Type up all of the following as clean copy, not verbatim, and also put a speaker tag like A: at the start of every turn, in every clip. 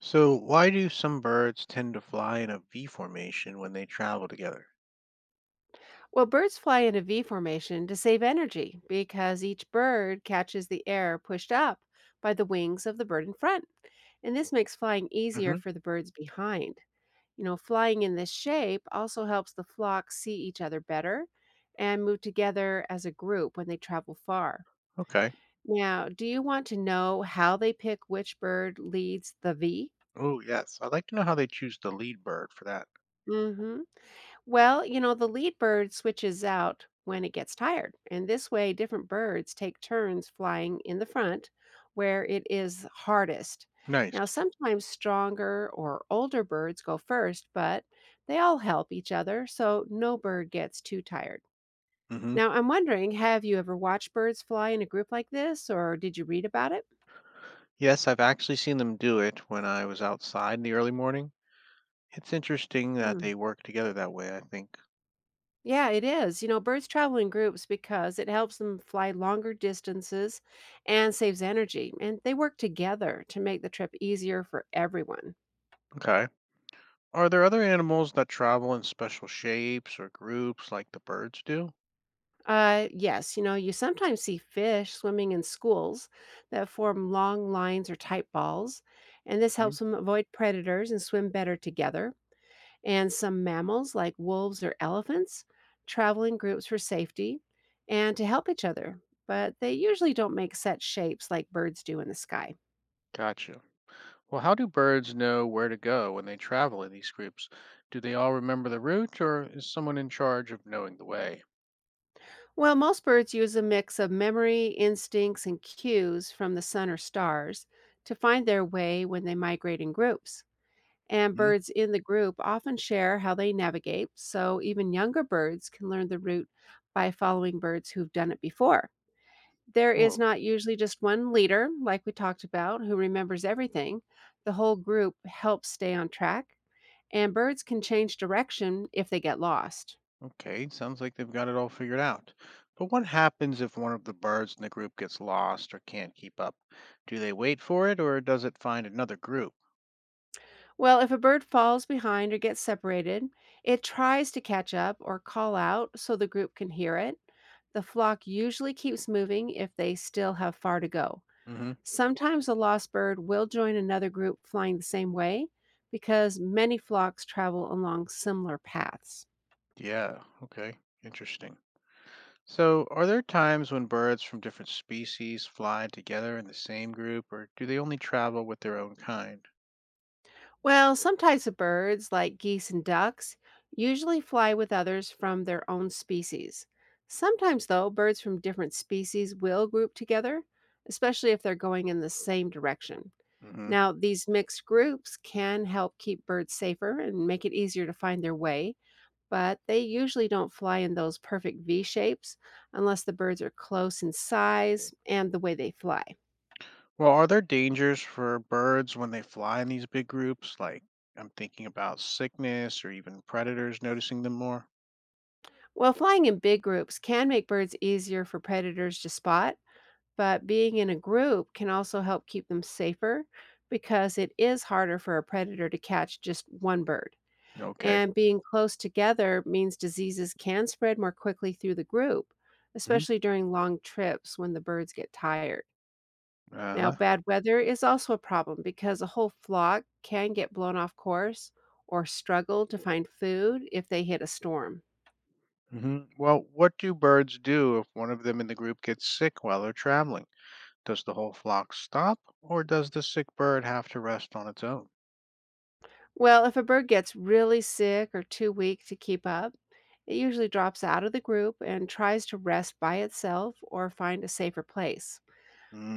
A: So, why do some birds tend to fly in a V formation when they travel together?
B: Well, birds fly in a V formation to save energy because each bird catches the air pushed up by the wings of the bird in front. And this makes flying easier
A: Hmm.
B: for the birds behind. You know, flying in this shape also helps the flock see each other better and move together as a group when they travel far.
A: Okay.
B: Now, do you want to know how they pick which bird leads the V?
A: Oh, yes. I'd like to know how they choose the lead bird for that.
B: Mm hmm. Well, you know, the lead bird switches out when it gets tired, and this way, different birds take turns flying in the front where it is hardest.
A: Nice.
B: Now, sometimes stronger or older birds go first, but they all help each other, so no bird gets too tired.
A: Hmm.
B: Now, I'm wondering, have you ever watched birds fly in a group like this, or did you read about it?
A: Yes, I've actually seen them do it when I was outside in the early morning. It's interesting that they work together that way, I think.
B: Yeah, it is. You know, birds travel in groups because it helps them fly longer distances and saves energy. And they work together to make the trip easier for everyone.
A: Okay. Are there other animals that travel in special shapes or groups like the birds do?
B: Yes, you know, you sometimes see fish swimming in schools that form long lines or tight balls. And this
A: Hmm.
B: helps them avoid predators and swim better together. And some mammals, like wolves or elephants, travel in groups for safety and to help each other. But they usually don't make set shapes like birds do in the sky.
A: Gotcha. Well, how do birds know where to go when they travel in these groups? Do they all remember the route, or is someone in charge of knowing the way?
B: Well, most birds use a mix of memory, instincts, and cues from the sun or stars to find their way when they migrate in groups. And
A: Hmm?
B: birds in the group often share how they navigate, so even younger birds can learn the route by following birds who've done it before. There is
A: Oh,
B: not usually just one leader, like we talked about, who remembers everything. The whole group helps stay on track, and birds can change direction if they get lost.
A: okay. Sounds like they've got it all figured out. But what happens if one of the birds in the group gets lost or can't keep up? Do they wait for it, or does it find another group?
B: Well, if a bird falls behind or gets separated, it tries to catch up or call out so the group can hear it. The flock usually keeps moving if they still have far to go.
A: Hmm.
B: Sometimes a lost bird will join another group flying the same way because many flocks travel along similar paths.
A: Yeah, okay. Interesting. So, are there times when birds from different species fly together in the same group, or do they only travel with their own kind?
B: Well, some types of birds, like geese and ducks, usually fly with others from their own species. Sometimes, though, birds from different species will group together, especially if they're going in the same direction.
A: Hmm.
B: Now, these mixed groups can help keep birds safer and make it easier to find their way, but they usually don't fly in those perfect V shapes unless the birds are close in size and the way they fly.
A: Well, are there dangers for birds when they fly in these big groups? Like, I'm thinking about sickness or even predators noticing them more.
B: Well, flying in big groups can make birds easier for predators to spot. But being in a group can also help keep them safer because it is harder for a predator to catch just one bird.
A: Okay.
B: And being close together means diseases can spread more quickly through the group,
A: Hmm.
B: especially during long trips when the birds get tired.
A: Uh
B: Now,
A: huh.
B: bad weather is also a problem because a whole flock can get blown off course or struggle to find food if they hit a storm.
A: Hmm. Well, what do birds do if one of them in the group gets sick while they're traveling? Does the whole flock stop, or does the sick bird have to rest on its own?
B: Well, if a bird gets really sick or too weak to keep up, it usually drops out of the group and tries to rest by itself or find a safer place.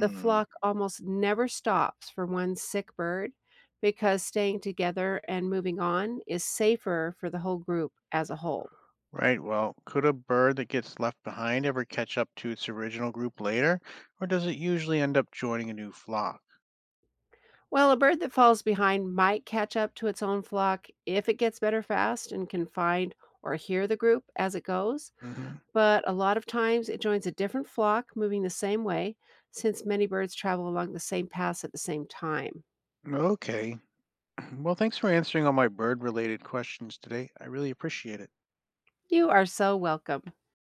B: The flock almost never stops for one sick bird because staying together and moving on is safer for the whole group as a whole.
A: Right. Well, could a bird that gets left behind ever catch up to its original group later, or does it usually end up joining a new flock?
B: Well, a bird that falls behind might catch up to its own flock if it gets better fast and can find or hear the group as it goes,
A: Hmm.
B: but a lot of times it joins a different flock moving the same way since many birds travel along the same paths at the same time.
A: Okay. Well, thanks for answering all my bird related questions today. I really appreciate it.
B: You are so welcome.